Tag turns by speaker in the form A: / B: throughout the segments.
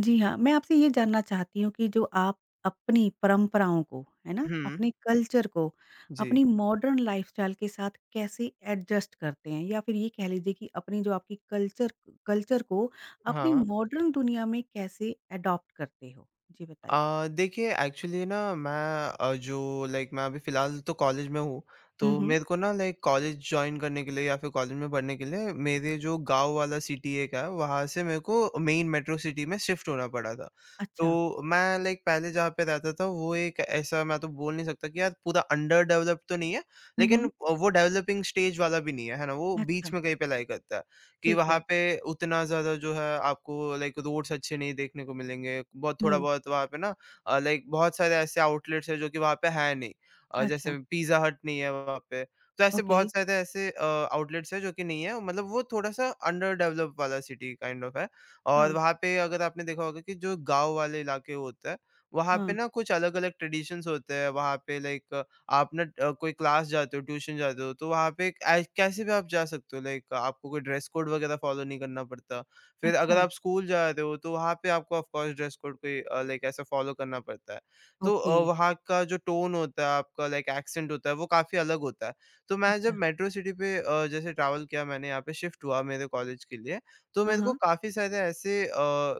A: जी हाँ, मैं आपसे ये जानना चाहती हूँ कि जो आप अपनी परंपराओं को, है ना?
B: हुँ,
A: अपने कल्चर को,
B: जी,
A: अपनी मॉडर्न लाइफ़स्टाइल के साथ कैसे एडजस्ट करते हैं? या फिर ये कह लीजिए कि अपनी जो आपकी कल्चर कल्चर को अपनी
B: हाँ।
A: मॉडर्न दुनिया में कैसे एडॉप्ट करते हो? जी बताइए।
B: देखिए एक्चुअली ना मैं, जो लाइक मैं अभी फ़िलहाल तो कॉलेज में हूँ,
A: हुँ,
B: तो
A: हुँ।
B: मेरे को ना लाइक कॉलेज जॉइन करने के लिए या फिर कॉलेज में पढ़ने के लिए मेरे जो गाँव वाला सिटी एक है, वहाँ से मेरे को मेन मेट्रो सिटी में शिफ्ट होना पड़ा था।
A: अच्छा।
B: तो मैं लाइक पहले जहाँ पे रहता था वो एक ऐसा, मैं तो बोल नहीं सकता कि यार पूरा अंडर डेवलप्ड तो नहीं है,
A: हुँ,
B: लेकिन
A: हुँ।
B: वो डेवलपिंग स्टेज वाला भी नहीं है, है ना? वो
A: अच्छा,
B: बीच में कहीं पे लाई करता है। कि
A: ठीक
B: वहाँ
A: है।
B: पे उतना ज़्यादा जो है आपको लाइक रोड्स अच्छे नहीं देखने को मिलेंगे। बहुत
A: हुँ,
B: थोड़ा-बहुत वहाँ पे ना लाइक बहुत सारे ऐसे आउटलेट्स हैं जो कि वहाँ पे है नहीं।
A: अच्छा,
B: जैसे पिज़्ज़ा हट नहीं है वहाँ पे। तो ऐसे
A: ओके।
B: बहुत सारे ऐसे आउटलेट्स हैं जो कि नहीं है, मतलब वो थोड़ा-सा अंडर डेवलप वाला सिटी काइंड ऑफ है। और
A: हाँ,
B: वहाँ पे अगर आपने देखा होगा कि जो गाँव वाले इलाके होते हैं, वहाँ पे
A: हाँ।
B: ना कुछ अलग-अलग ट्रेडिशंस होते हैं। वहाँ पे लाइक आप ना, कोई क्लास जाते हो, ट्यूशन जाते हो, तो वहाँ पे ऐ कैसे भी आप जा सकते हो, लाइक आपको कोई ड्रेस कोड वगैरह फॉलो नहीं करना पड़ता। फिर अगर
A: अच्छा,
B: आप स्कूल जाते हो, तो वहाँ पे आपको ऑफ कोर्स ड्रेस कोड कोई लाइक ऐसा फॉलो करना पड़ता है। तो
A: ओके।
B: वहाँ का जो टोन होता है, आपका लाइक एक्सेंट होता है, वो काफ़ी अलग होता है। तो मैं जब
A: अच्छा।
B: मेट्रो सिटी पे जैसे ट्रैवल किया मैंने, यहाँ पे शिफ्ट हुआ मेरे कॉलेज के लिए, तो
A: हाँ,
B: मेरे को
A: हाँ।
B: काफ़ी सारे ऐसे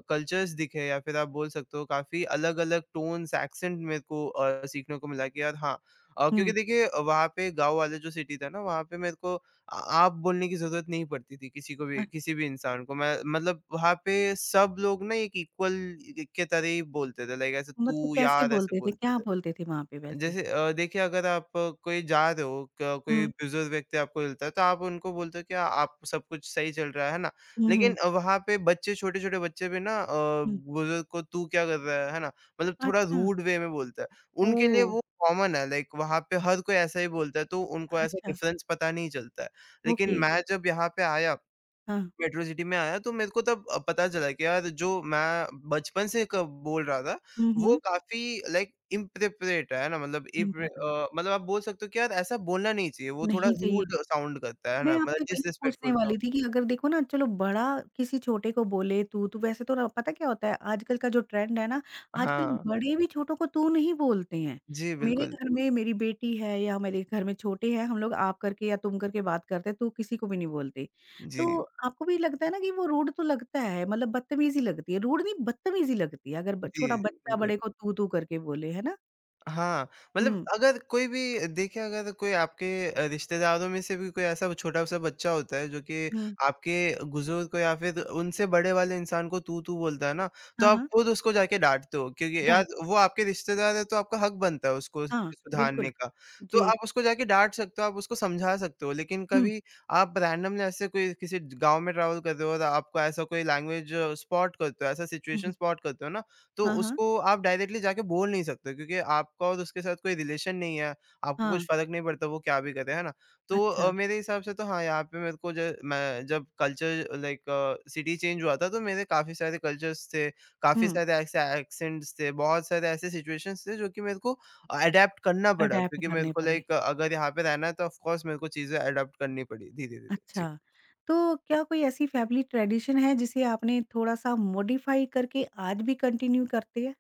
B: कल्चर्स दिखे या फिर आप बोल सकते हो काफ़ी अलग-अलग टोन्स, एक्सेंट मेरे को सीखने को मिला कि यार हाँ, क्योंकि
A: हुँ,
B: देखिए वहाँ पे गाँव वाले जो सिटी था ना वहाँ पे मेरे को आ आप बोलने की ज़रूरत नहीं पड़ती थी किसी को भी
A: अ,
B: किसी भी इंसान को। मैं मतलब वहाँ पे सब लोग ना एक इक्वल के तरह ही बोलते थे, लाइक ऐसे
A: मतलब
B: तू,
A: कैसे
B: यार ऐसे
A: बोलते थे?
B: बोलते
A: क्या
B: थे।
A: बोलते थे वहाँ पे वैसे?
B: जैसे देखिए अगर आप कोई जा रहे हो क कोई
A: हुँ।
B: बुजुर्ग व्यक्ति आपको मिलता है तो आप उनको बोलते हो कि "आ- आप सब कुछ सही चल रहा है ना?"
A: हुँ, हुँ,
B: लेकिन वहाँ पे बच्चे, छोटे-छोटे बच्चे भी ना
A: हुँ।
B: बुजुर्ग को तू क्या कर रहा है ना? मतलब थोड़ा
A: अच्छा,
B: रूड वे में बोलता है। उनके लिए
A: ओह!
B: वो कॉमन है, लाइक वहाँ पे हर कोई ऐसा ही बोलता है तो उनको ऐसा
A: अच्छा,
B: डिफरेंस पता नहीं चलता है।
A: ओके।
B: लेकिन मैं जब यहाँ पे आया,
A: हाँ।
B: मेट्रो सिटी में आया, तो मेरे को तब पता चला कि यार जो मैं बचपन से क बोल रहा था,
A: हुँ,
B: वो
A: हुँ।
B: काफ़ी लाइक इंप्रोप्रिएट है ना, मतलब
A: नीम का पेड़
B: मतलब आप बोल सकते हो कि यार ऐसा बोलना नहीं चाहिए, वो थोड़ा
A: नहीं चाहिए।
B: रूड साउंड करता है
A: मैं
B: ना, मतलब
A: आपसे वही पूछने
B: डिसरिस्पेक्टफुल
A: वाली
B: साउंड।
A: थी कि अगर देखो ना चलो बड़ा किसी छोटे को बोले तू तू वैसे तो पता क्या होता है आजकल का जो ट्रेंड है ना। आजकल
B: हाँ,
A: बड़े भी छोटों को तू नहीं बोलते हैं।
B: जी
A: मेरे
B: बिल्कुल।
A: घर में मेरी बेटी है या मेरे घर में छोटे हैं, हम लोग आप करके या तुम करके बात करते हैं, तू किसी को भी नहीं बोलते। तो
B: जी।
A: आपको भी लगता है ना कि वो रूड तो लगता है, मतलब बदतमीजी लगती है, रूड नहीं बदतमीजी लगती है, अगर
B: जी,
A: छोटा
B: जी,
A: बच्चा
B: बिल्कुल।
A: बड़े को तू तू करके बोले, है ना?
B: हाँ, मतलब
A: हम्म,
B: अगर कोई भी देखिए, अगर कोई आपके रिश्तेदारों में से भी कोई ऐसा छोटा-सा बच्चा होता है जो कि
A: हम्म।
B: आपके बुजुर्ग को या फिर उनसे बड़े वाले इंसान को तू-तू बोलता है ना, तो
A: हाँ,
B: आप
A: हाँ।
B: खुद उसको जाके डाँटते हो क्योंकि यार
A: डांट।
B: वो आपके रिश्तेदार है तो आपका हक बनता है उसको
A: हाँ, बिल्कुल।
B: सुधारने का। तो
A: जी।
B: आप उसको जाके डाँट सकते हो, आप उसको समझा सकते हो, लेकिन
A: हम्म।
B: कभी आप रैंडमली ऐसे कोई किसी गाँव में ट्रैवल कर रहे हो और आपको ऐसा कोई लैंग्वेज स्पॉट करते हो, ऐसा सिचुएशन
A: हम्म,
B: स्पॉट करते हो ना, तो
A: हाँ, हाँ,
B: उसको आप डायरेक्टली जाके बोल नहीं सकते क्योंकि आपका और उसके साथ कोई रिलेशन नहीं है, आपको
A: हाँ,
B: कुछ फ़र्क नहीं पड़ता वो क्या भी करे, है ना? तो
A: अच्छा।
B: मेरे हिसाब से तो हाँ, यहाँ पे मेरे को ज मैं जब कल्चर, लाइक सिटी चेंज हुआ था तो मेरे काफ़ी सारे कल्चर्स थे, काफ़ी
A: हुँ,
B: सारे ऐसे एक्सेंट्स थे, बहुत सारे ऐसे सिचुएशंस थे जो कि मेरे को अडैप्ट करना पड़ा
A: अडैप्ट
B: क्योंकि मेरे
A: करने
B: को
A: पड़े।
B: लाइक अगर यहाँ पे रहना है तो ऑफ कोर्स मेरे को चीज़ें अडैप्ट करनी पड़ी धीरे-धीरे। जी।
A: अच्छा, तो क्या कोई ऐसी फैमिली ट्रेडिशन है जिसे आपने थोड़ा-सा मॉडिफाई करके आज भी कंटिन्यू करते हैं?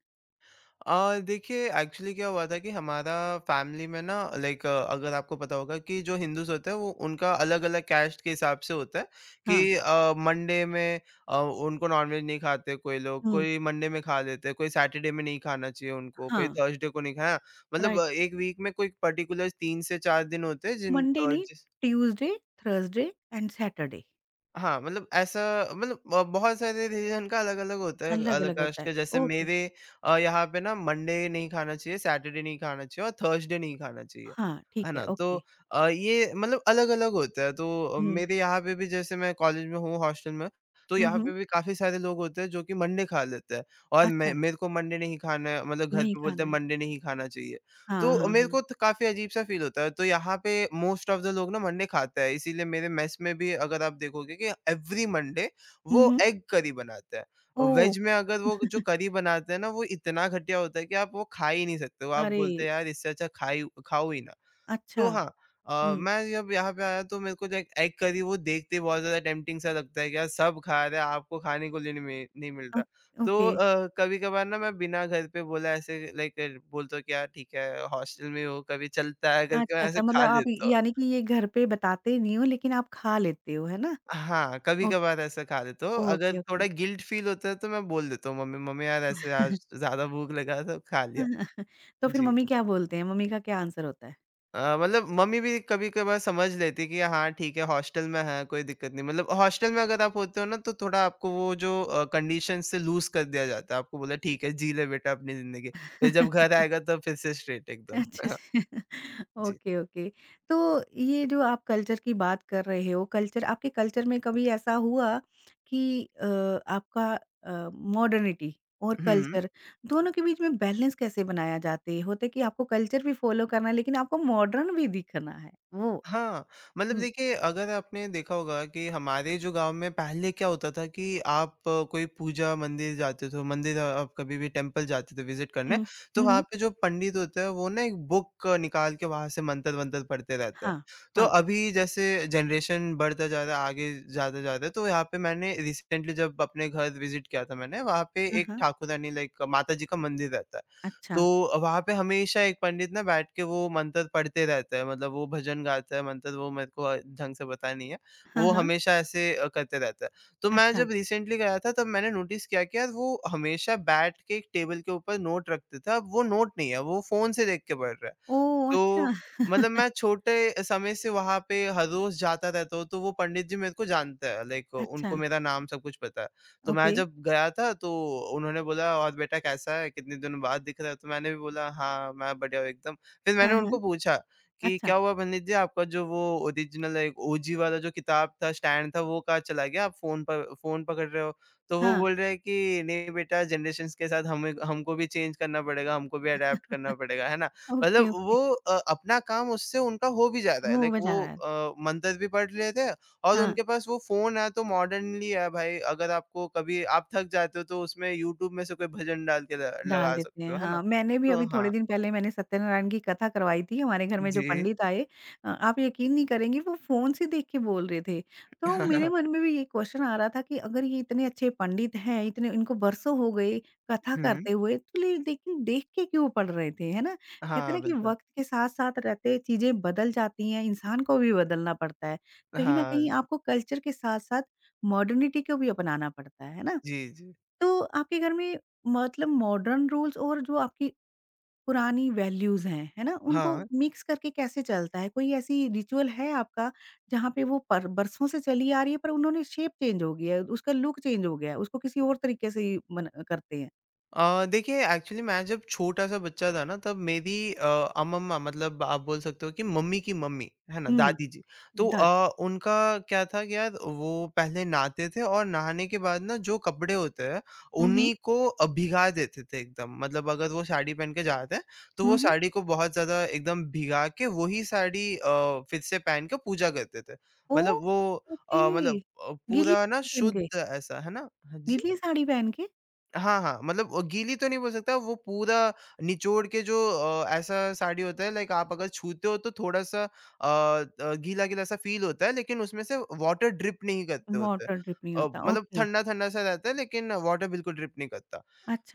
B: देखिए एक्चुअली क्या हुआ था कि हमारा फैमिली में ना, लाइक अगर आपको पता होगा कि जो हिंदूज होते हैं वो उनका अलग-अलग कैस्ट के हिसाब से होता है कि
A: हाँ,
B: मंडे में उनको नॉनवेज नहीं खाते कोई लोग,
A: हुँ,
B: कोई मंडे में खा लेते हैं, कोई सैटरडे में नहीं खाना चाहिए उनको, कोई
A: हाँ,
B: थर्सडे को नहीं खाया, मतलब
A: राइट।
B: एक वीक में कोई पर्टिकुलर 3 से 4 दिन होते हैं जिन
A: मंडे
B: अ,
A: नहीं,
B: जिस
A: ट्यूसडे, थर्सडे एंड सैटरडे।
B: हाँ, मतलब ऐसा, मतलब बहुत सारे रीज़न का अलग-अलग होता है, अलग
A: अलग-अलग होता
B: कास्ट
A: है।
B: का जैसे
A: ओके,
B: मेरे यहाँ पे ना मंडे नहीं खाना चाहिए, सैटरडे नहीं खाना चाहिए और थर्सडे नहीं खाना चाहिए,
A: हाँ,
B: है
A: ठीक है,
B: ना? तो
A: ओके।
B: ये मतलब अलग-अलग होता है, तो
A: हुँ,
B: मेरे यहाँ पे भी जैसे मैं कॉलेज में हूँ, हॉस्टल में, तो
A: हुँ,
B: यहाँ
A: हुँ।
B: पे भी काफ़ी सारे लोग होते हैं जो कि मंडे खा लेते हैं और
A: अच्छा,
B: मैं, मेरे को मंडे नहीं खाना है, मतलब घर
A: नहीं
B: पे बोलते
A: खाना
B: हैं
A: है।
B: मंडे नहीं खाना चाहिए।
A: हाँ,
B: तो
A: हाँ,
B: मेरे
A: हाँ।
B: को तो काफ़ी अजीब सा फ़ील होता है, तो यहाँ पे मोस्ट ऑफ द लोग ना मंडे खाता है, इसीलिए मेरे मेस में भी अगर आप देखोगे कि एवरी मंडे
A: हुँ,
B: वो
A: हुँ।
B: एग करी बनाता है।
A: ओह!
B: वेज में अगर वो जो करी बनाते हैं ना, वो इतना घटिया होता है कि आप वो खा ही नहीं सकते हो। आप
A: अरे!
B: बोलते हैं, "यार, इससे अच्छा खा ही खाओ ही ना।"
A: अच्छा।
B: तो हाँ,
A: हुँ,
B: मैं जब यहाँ पे आया तो मेरे को जो एग करी वो देखते ही बहुत ज़्यादा टेम्प्टिंग सा लगता है कि यार सब खा रहे हैं आपको खाने को लिए नहीं मिल
A: ओ
B: रहा। तो
A: ओके।
B: कभी-कभार ना मैं बिना घर पे बोला ऐसे लाइक बोलता हूँ कि यार ठीक है हॉस्टल में हो कभी चलता है करके मैं
A: अच्छा,
B: ऐसे
A: अच्छा मतलब
B: खा
A: आप
B: लेता हूँ।
A: यानी कि ये घर पे बताते नहीं हो लेकिन आप खा लेते हो, है ना?
B: हाँ,
A: ओ
B: कभी-कभार ऐसा खा लेता हूँ।
A: ओके,
B: अगर
A: ओके।
B: थोड़ा गिल्ट फील होता है तो मैं बोल देता हूँ मम्मी, मम्मी यार ऐसे आज ज़्यादा भूख लगा तो खा लिया।
A: तो फिर
B: जी।
A: मम्मी क्या बोलते हैं? मम्मी का क्या आंसर होता है?
B: मतलब मम्मी भी कभी-कभार समझ लेती है कि हाँ, ठीक है हॉस्टल में है, कोई दिक्कत नहीं। मतलब हॉस्टल में अगर आप होते हो ना तो थोड़ा आपको वो जो कंडीशन से लूज़ कर दिया जाता है। आपको बोला ठीक है जी ले बेटा अपनी ज़िंदगी। फिर जब घर आएगा तब फिर से स्ट्रेट एकदम।
A: अच्छा अच्छा।
B: जी।
A: Okay, okay. तो ये जो आप कल्चर की बात कर रहे हो, कल्चर आपके कल्चर में कभी ऐसा हुआ कि आपका मॉडर्निटी और
B: हुँ, हुँ।
A: कल्चर दोनों के बीच में बैलेंस कैसे बनाया जाते हैं? होता है कि आपको कल्चर भी फ़ॉलो करना है लेकिन आपको मॉडर्न भी दिखना है, वो?
B: हाँ, मतलब
A: हुँ,
B: देखिए अगर आपने देखा होगा कि हमारे जो गाँव में पहले क्या होता था कि आप कोई पूजा मंदिर जाते थे, मंदिर आप कभी भी टेम्पल जाते थे विज़िट करने,
A: हुँ।
B: तो
A: हुँ,
B: वहाँ
A: हुँ।
B: पे जो पंडित होते हैं वो ना एक बुक निकाल के वहाँ से मंत्र-वंत्र पढ़ते रहते हैं।
A: हाँ,
B: तो
A: हाँ।
B: अभी जैसे जनरेशन बढ़ता जा रहा है, आगे ज़्यादा जा रहा है, तो यहाँ पे मैंने रिसेंटली जब अपने घर विज़िट किया था मैंने, वहाँ पे
A: हाँ,
B: एक
A: हाँ।
B: ठाकुरानी लाइक माताजी का मंदिर रहता है।
A: अच्छा।
B: तो वहाँ पे हमेशा एक पंडित ना बैठ के वो मंत्र पढ़ते रहता है, मतलब वो भजन गाता है मंत्र, वो मेरे को ढंग से पता नहीं है।
A: हाँ,
B: वो
A: हाँ।
B: हमेशा ऐसे करते रहता है। तो मैं
A: अच्छा।
B: जब रिसेंटली गया था तब मैंने नोटिस किया कि यार वो हमेशा बैठ के एक टेबल के ऊपर नोट रखते थे, अब वो नोट नहीं है, वो फ़ोन से देख के पढ़ रहा है।
A: ओह! अच्छा।
B: तो मतलब मैं छोटे समय से वहाँ पे हर रोज़ जाता रहता हूँ, तो वो पंडित जी मेरे को जानता है, लाइक
A: अच्छा,
B: उनको मेरा नाम सब कुछ पता है। तो मैं
A: ओके।
B: जब गया था तो उन्होंने बोला, "और बेटा कैसा है? कितने दिनों बाद दिख रहा है?" तो मैंने भी बोला, "हाँ, मैं बढ़िया हूँ एकदम।" फिर
A: हाँ,
B: मैंने
A: हाँ।
B: उनको पूछा कि,
A: अच्छा।
B: "क्या हुआ पंडित जी, आपका जो वो ओरिजिनल एक ओजी वाला जो किताब था, स्टैंड था, वो कहाँ चला गया? आप फ़ोन पकड़ रहे हो?" तो वो
A: हाँ।
B: बोल रहे हैं कि, "नहीं बेटा, जनरेशंस के साथ हमें हमको भी चेंज करना पड़ेगा, हमको भी अडैप्ट करना पड़ेगा, है ना?" मतलब
A: ओके,
B: वो
A: ओके।
B: अपना काम उससे उनका हो भी जाता है,
A: हो,
B: लाइक
A: मज़ा आ
B: वो
A: रहा है।
B: मंत्र भी पढ़ लेते हैं और
A: हाँ।
B: उनके पास वो फ़ोन है तो मॉडर्नली है भाई, अगर आपको कभी आप थक जाते हो तो उसमें यूट्यूब में से कोई भजन डाल के ल
A: डाल
B: लगा
A: देते
B: सकते
A: हैं,
B: हो, है ना?
A: हाँ। मैंने भी
B: तो
A: अभी थोड़े
B: हाँ,
A: दिन पहले मैंने सत्यनारायण की कथा करवाई थी, हमारे घर में जो
B: जी।
A: पंडित आए आप यकीन नहीं करेंगी वो फ़ोन से देख के बोल रहे थे। तो मेरे मन में भी ये क्वेश्चन आ रहा था कि अगर ये इतने अच्छे पंडित हैं, इतने इनको बरसों हो गए कथा
B: हुँ।
A: करते हुए, तो ले लेकिन देख के क्यों पढ़ रहे थे, है ना? कहते हैं
B: हाँ,
A: ना कि
B: बिल्कुल।
A: वक़्त के साथ-साथ रहते चीज़ें बदल जाती हैं, इंसान को भी बदलना पड़ता है। कहीं न कहीं
B: हाँ,
A: आपको कल्चर के साथ-साथ मॉडर्निटी को भी अपनाना पड़ता है ना?
B: जी, जी।
A: तो आपके घर में मतलब मॉडर्न रूल्स और जो आपकी पुरानी वैल्यूज़ हैं, है ना? उनको
B: हाँ।
A: मिक्स करके कैसे चलता है? कोई ऐसी रिचुअल है आपका जहाँ पे वो पर बरसों से चली आ रही है पर उन्होंने शेप चेंज हो गया है, उसका लुक चेंज हो गया है, उसको किसी और तरीके से ही मन करते हैं?
B: देखिए एक्चुअली मैं जब छोटा-सा बच्चा था ना तब मेरी अमम्मा, मतलब आप बोल सकते हो कि मम्मी की मम्मी, है ना?
A: हुँ,
B: दादी जी। तो
A: दादी।
B: उनका क्या था कि यार वो पहले नहाते थे और नहाने के बाद ना जो कपड़े होते हैं
A: हुँ, हुँ।
B: उन्हीं को भिगा देते थे एकदम। मतलब अगर वो साड़ी पहन के जाते हैं तो वो
A: हुँ, हुँ।
B: साड़ी को बहुत ज़्यादा एकदम भिगा के वही साड़ी फिर से पहन के पूजा करते थे।
A: ओह!
B: मतलब वो
A: ओके।
B: मतलब
A: गीली
B: पूरा ना
A: साड़ी पहन के।
B: शुद्ध ऐसा, है ना? हाँ जी।
A: गीली साड़ी पहन के?
B: हाँ, हाँ, मतलब गीली तो नहीं बोल सकता। वो पूरा निचोड़ के, जो ऐसा साड़ी होता है, लाइक आप अगर छूते हो तो थोड़ा-सा गीला-गीला सा फ़ील होता है, लेकिन उसमें से वाटर ड्रिप नहीं करते होते।
A: मॉडर्न ट्रिप नहीं होता,
B: मतलब
A: ओके।
B: ठंडा-ठंडा सा रहता है लेकिन वाटर बिल्कुल ड्रिप नहीं करता।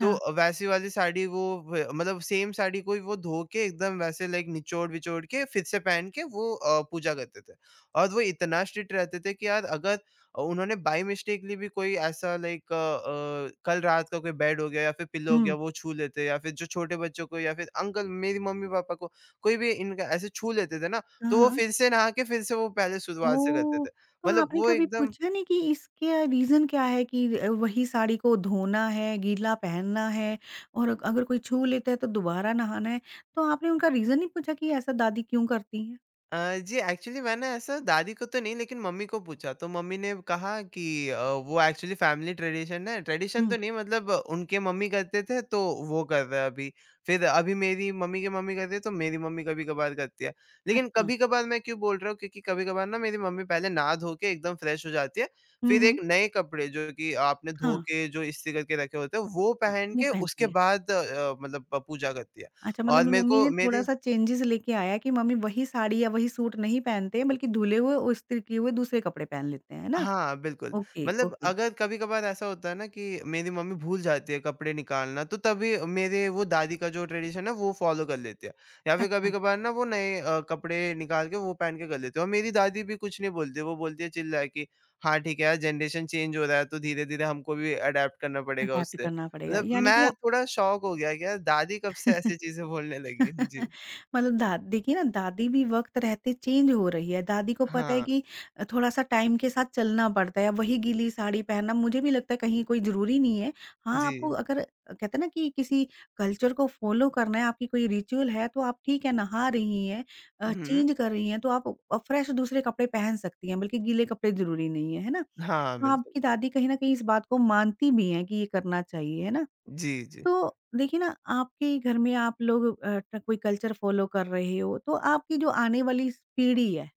B: तो वैसी वाली साड़ी वो व मतलब सेम साड़ी को ही वो धो के एकदम वैसे लाइक निचोड़-विचोड़ के फिर से पहन के वो पूजा करते थे। और वो इतना स्ट्रिक्ट रहते थे कि यार अगर उन्होंने बाय मिस्टेकली भी कोई ऐसा लाइक कल रात का कोई बेड हो गया या फिर पिल्लो हो गया
A: हुँ।
B: वो छू लेते, या फिर जो छोटे बच्चों को या फिर अंकल मेरी मम्मी-पापा को कोई भी इनका ऐसे छू लेते थे ना, तो
A: हाँ,
B: वो
A: हाँ।
B: फिर से नहा के फिर से वो पहले शुरुआत से करते
A: ओह!
B: थे।
A: तो
B: मतलब
A: आपने
B: वो
A: कभी
B: एकदम।
A: पूछा नहीं कि इसका रीज़न क्या है कि वही साड़ी को धोना है, गीला पहनना है और अगर कोई छू लेता है तो दोबारा नहाना है। तो आपने उनका रीज़न नहीं पूछा कि ऐसा दादी क्यों करती हैं?
B: जी एक्चुअली मैंने ऐसा दादी को तो नहीं लेकिन मम्मी को पूछा, तो मम्मी ने कहा कि वो एक्चुअली फैमिली ट्रेडिशन है। ट्रेडिशन
A: हुँ,
B: तो नहीं, मतलब उनके मम्मी करते थे तो वो कर रहे हैं अभी। फिर अभी मेरी मम्मी के मम्मी करते हैं तो मेरी मम्मी कभी कभार करती है। लेकिन
A: अच्छा।
B: कभी कभार मैं क्यों बोल रहा हूँ, क्योंकि कभी कभार ना मेरी मम्मी पहले नहा धो के एकदम फ्रेश हो जाती है,
A: हुँ,
B: फिर एक
A: हुँ।
B: नए कपड़े जो कि आपने धो
A: हाँ,
B: के जो इस्त्री करके रखे होते हैं वो
A: हाँ,
B: पहन
A: वो
B: के
A: पहनती
B: उसके
A: है।
B: बाद मतलब पूजा करती है।
A: अच्छा मतलब
B: और मेरे
A: मम्मी
B: को
A: ने
B: मेरी।
A: थोड़ा-सा चेंजेज़ लेके आया कि मम्मी वही साड़ी या वही सूट नहीं पहनते हैं बल्कि धुले हुए और इस्त्री किए हुए दूसरे कपड़े पहन लेते हैं, है ना?
B: हाँ, बिल्कुल।
A: ओके,
B: मतलब
A: ओके।
B: अगर कभी-कभार ऐसा होता है ना कि मेरी मम्मी भूल जाती है कपड़े निकालना, तो तभी मेरे वो दादी का जो ट्रेडिशन है वो फ़ॉलो कर लेते हैं। या फिर
A: अच्छा,
B: कभी-कभार ना वो नए कपड़े निकाल के वो पहन के कर लेते हैं, और मेरी दादी भी कुछ नहीं बोलती, वो बोलती है चिल्ला के, "हाँ, ठीक है यार, जनरेशन चेंज हो रहा है तो धीरे-धीरे हमको भी अडैप्ट करना पड़ेगा
A: अडैप्ट
B: उससे।"
A: करना पड़ेगा
B: मतलब
A: यानी कि
B: मैं थोड़ा शॉक हो गया कि यार दादी कब से ऐसी चीज़ें बोलने लगी? जी।
A: मतलब दा देखिए ना दादी भी वक़्त रहते चेंज हो रही है। दादी को पता है
B: हाँ,
A: कि थोड़ा-सा टाइम के साथ चलना पड़ता है। वही गीली साड़ी पहनना मुझे भी लगता है कहीं कोई ज़रूरी नहीं है। हाँ, आपको
B: जी।
A: अगर कहते हैं ना कि किसी कल्चर को फ़ॉलो करना है, आपकी कोई रिचुअल है तो आप ठीक है नहा रही हैं,
B: हुँ।
A: चेंज कर रही हैं तो आप फ्रेश दूसरे कपड़े पहन सकती हैं, बल्कि गीले कपड़े ज़रूरी नहीं है, है ना?
B: हाँ,
A: तो
B: बिल्कुल।
A: आपकी दादी कहीं न कहीं इस बात को मानती भी हैं कि ये करना चाहिए, है ना?
B: जी, जी।
A: तो देखिए ना आपके घर में आप लोग कोई कल्चर फॉलो कर रहे हो तो आपकी जो आने वाली इस पीढ़ी है,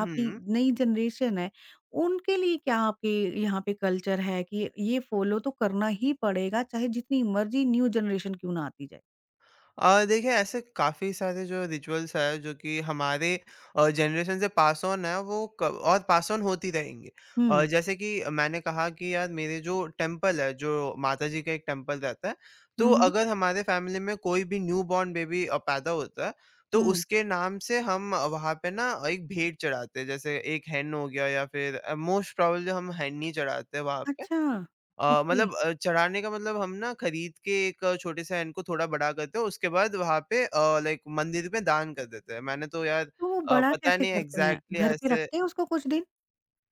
A: आपकी
B: हुँ।
A: नई जनरेशन है, उनके लिए क्या आपके यहाँ पे कल्चर है कि ये फॉलो तो करना ही पड़ेगा चाहे जितनी मर्जी न्यू जनरेशन क्यों ना आती जाए?
B: देखिए, ऐसे काफ़ी सारे जो रिचुअल्स हैं जो कि हमारे जनरेशन से पास ऑन है वो क और पास ऑन होती रहेंगे।
A: हम्म,
B: जैसे कि मैंने कहा कि यार मेरे जो टेम्पल है, जो माता जी का एक टेम्पल रहता है,
A: हम्म।
B: तो
A: हम्म,
B: अगर हमारे फैमिली में कोई भी न्यू बॉर्न बेबी पैदा होता है, तो
A: हम्म,
B: उसके नाम से हम वहाँ पे ना एक भेंट चढ़ाते हैं। जैसे एक हेन हो गया, या फिर मोस्ट प्रोबेबली हम हेन ही चढ़ाते हैं वहाँ पे।
A: अच्छा। ओके,
B: मतलब चढ़ाने का मतलब हम ना खरीद के एक छोटे से हैंड को थोड़ा बड़ा करते हैं, उसके बाद वहाँ पे लाइक मंदिर में दान कर देते हैं। मैंने तो यार
A: तो वो बड़ा
B: पता
A: कैसे
B: नहीं
A: करते हैं,
B: एग्ज़ैक्टली
A: घर पे
B: ऐसे।
A: रखते हैं उसको कुछ दिन?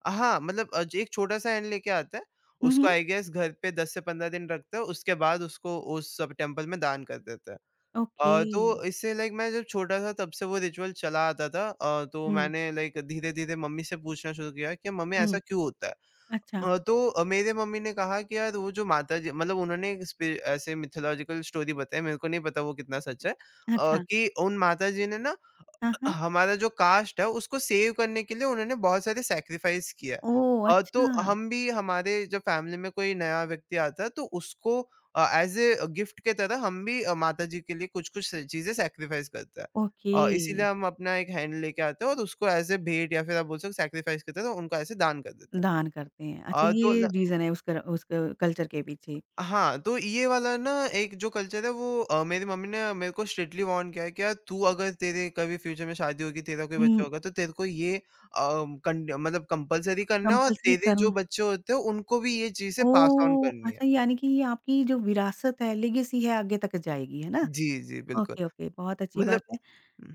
B: हाँ, मतलब अ, ज एक छोटा-सा हैंड लेके आता है,
A: हम्म,
B: उसको आई गेस घर पे 10 से 15 दिन रखते हैं, उसके बाद उसको उस सब टेम्पल में दान कर देते हैं।
A: ओके।
B: तो इससे लाइक मैं जब छोटा था तब से वो रिचुअल चला आता था। तो
A: हम्म,
B: मैंने लाइक धीरे-धीरे मम्मी से पूछना शुरू किया कि मम्मी
A: हम्म,
B: ऐसा क्यों होता है?
A: अच्छा,
B: तो मेरे मम्मी ने कहा कि यार वो जो माता जी, मतलब उन्होंने एक स्पि ऐसे मिथोलॉजिकल स्टोरी बताई, मेरे को नहीं पता वो कितना सच है।
A: अच्छा,
B: कि उन माता जी ने ना
A: हाँ, हाँ,
B: हमारा जो कास्ट है उसको सेव करने के लिए उन्होंने बहुत सारे सैक्रिफाइस किया है।
A: ओ,
B: तो
A: अच्छा,
B: हम भी, हमारे जब फैमिली में कोई नया व्यक्ति आता है तो उसको एज़ अ गिफ्ट के तरह हम भी माता जी के लिए कुछ-कुछ चीज़ें सैक्रिफाइस करते हैं।
A: ओके,
B: इसीलिए हम अपना एक हैंड लेके आते हैं और उसको एज़ अ भेंट या फिर आप बोल सकते हो सैक्रिफाइस की तरह उनको ऐसे दान कर देते हैं।
A: दान करते हैं। अच्छा,
B: अ, तो
A: ये
B: ल
A: रीज़न है उस कर उस क कल्चर के पीछे।
B: हाँ, तो ये वाला ना एक जो कल्चर है वो मेरी मम्मी ने मेरे को स्ट्रिक्टली वार्न किया है कि यार तू अगर तेरे कभी फ्यूचर में शादी होगी, तेरा कोई
A: हुँ।
B: बच्चा होगा, तो तेरे को ये अ, कन मतलब कंपल्सरी करना है और
A: कंपल्सरी
B: तेरे
A: करन
B: जो बच्चे होते हैं उनको भी ये चीज़ें पास ऑन
A: ओह!
B: करनी है।
A: अच्छा यानी कि ये आपकी जो विरासत है, लेगेसी है आगे तक जाएगी, है ना?
B: जी, जी, बिल्कुल।
A: ओके, ओके, बहुत अच्छी बात
B: मतलब।
A: है।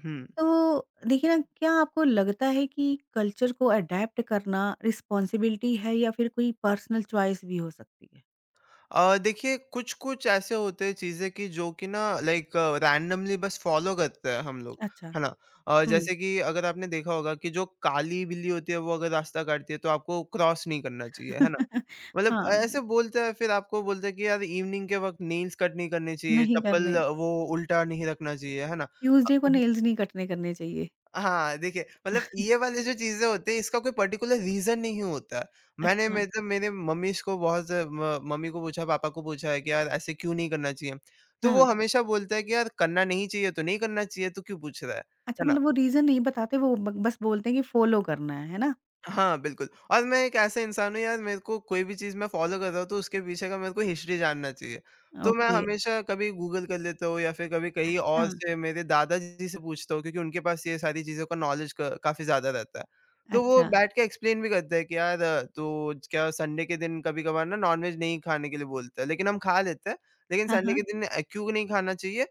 B: हुँ।
A: तो देखिए ना क्या आपको लगता है कि कल्चर को अडैप्ट करना रिस्पॉन्सिबिलिटी है या फिर कोई पर्सनल चॉइस भी हो सकती है?
B: देखिए, कुछ-कुछ ऐसे होते हैं चीज़ें कि जो कि ना लाइक रैंडमली बस फ़ॉलो करते हैं हम लोग,
A: अच्छा,
B: है ना?
A: हुँ।
B: जैसे कि अगर आपने देखा होगा कि जो काली बिल्ली होती है वो अगर रास्ता काटती है तो आपको क्रॉस नहीं करना चाहिए, है ना? मतलब
A: हाँ,
B: ऐसे बोलते हैं, फिर आपको बोलते हैं कि यार इवनिंग के वक़्त नेल्स कट नहीं करने चाहिए,
A: नहीं
B: चप्पल
A: करने,
B: वो उल्टा नहीं रखना चाहिए, है ना?
A: ट्यूसडे को नेल्स नहीं कटने करने चाहिए।
B: हाँ, देखिए, मतलब ये वाली जो चीज़ें होती हैं इसका कोई पर्टिकुलर रीज़न नहीं होता। मैंने,
A: अच्छा,
B: मतलब मेरे मम्मी को बहुत म मम्मी को पूछा, पापा को पूछा है कि यार ऐसे क्यों नहीं करना चाहिए? तो वो
A: हाँ।
B: हमेशा बोलते हैं कि यार करना नहीं चाहिए तो नहीं करना चाहिए, तू क्यों पूछ रहा है?
A: अच्छा
B: है ना?
A: मतलब वो रीज़न नहीं बताते, वो ब बस बोलते हैं कि फ़ॉलो करना है ना?
B: हाँ, बिल्कुल। और मैं एक ऐसा इंसान हूँ यार, मेरे को कोई भी चीज़ मैं फ़ॉलो कर रहा हूँ तो उसके पीछे का मेरे को हिस्ट्री जानना चाहिए। तो मैं
A: ओके,
B: हमेशा कभी गूगल कर लेता हूँ या फिर कभी कहीं
A: अच्छा,
B: और से मेरे दादाजी से पूछता हूँ, क्योंकि उनके पास ये सारी चीज़ों का नॉलेज क काफ़ी ज़्यादा रहता है। तो वो
A: अच्छा।
B: बैठ के एक्सप्लेन भी करते हैं कि यार तो क्या संडे के दिन कभी-कभार ना नॉन-वेज नहीं खाने के लिए बोलते हैं, लेकिन हम खा लेते हैं। लेकिन
A: हाँ,
B: संडे
A: हाँ,
B: के दिन क्यों नहीं खाना चाहिए,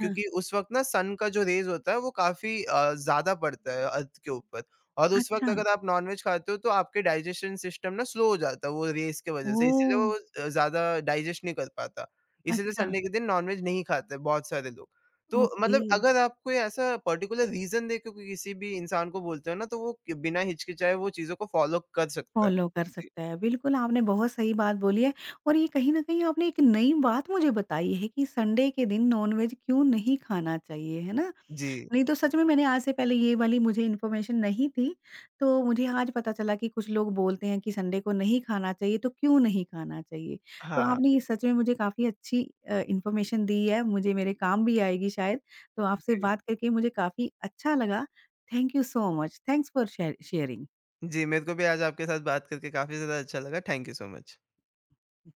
A: हाँ।
B: उस वक़्त ना सन का जो रेज़ होता है वो काफ़ी ज़्यादा पड़ता है अर्थ के ऊपर। और उस
A: अच्छा,
B: वक़्त अगर आप नॉन-वेज खाते हो तो आपके डाइजेशन सिस्टम ना स्लो हो जाता है वो रेस की वज़ह से, इसीलिए
A: ओह!
B: वो ज़्यादा डाइजेस्ट नहीं कर पाता। इसीलिए
A: अच्छा,
B: संडे के दिन नॉन-वेज नहीं खाते बहुत सारे लोग। तो
A: ओके।
B: मतलब अगर आप कोई ऐसा पर्टिकुलर रीज़न देके कोई किसी भी इंसान को बोलते हो ना तो वो बिना हिचकिचाए वो चीज़ों को फ़ॉलो कर सकता है।
A: फ़ॉलो कर
B: जी।
A: सकता है। बिल्कुल, आपने बहुत सही बात बोली है, और ये कहीं न कहीं आपने एक नई बात मुझे बताई है कि संडे के दिन नॉनवेज क्यों नहीं खाना चाहिए, है ना?
B: जी,
A: नहीं तो सच में मैंने आज से पहले ये वाली मुझे इन्फॉर्मेशन नहीं थी, तो मुझे आज पता चला कि कुछ लोग बोलते हैं कि संडे को नहीं खाना चाहिए, तो क्यों नहीं खाना चाहिए? तो
B: हाँ,
A: आपने ये सच में मुझे काफ़ी अच्छी इन्फॉर्मेशन दी है, मुझे मेरे काम भी आएगी शायद। तो आपसे
B: जी।
A: बात करके मुझे काफ़ी अच्छा लगा। Thank you so much. Thanks for sharing.
B: जी, मेरे को भी आज आपके साथ बात करके काफ़ी ज़्यादा अच्छा लगा। Thank you so much.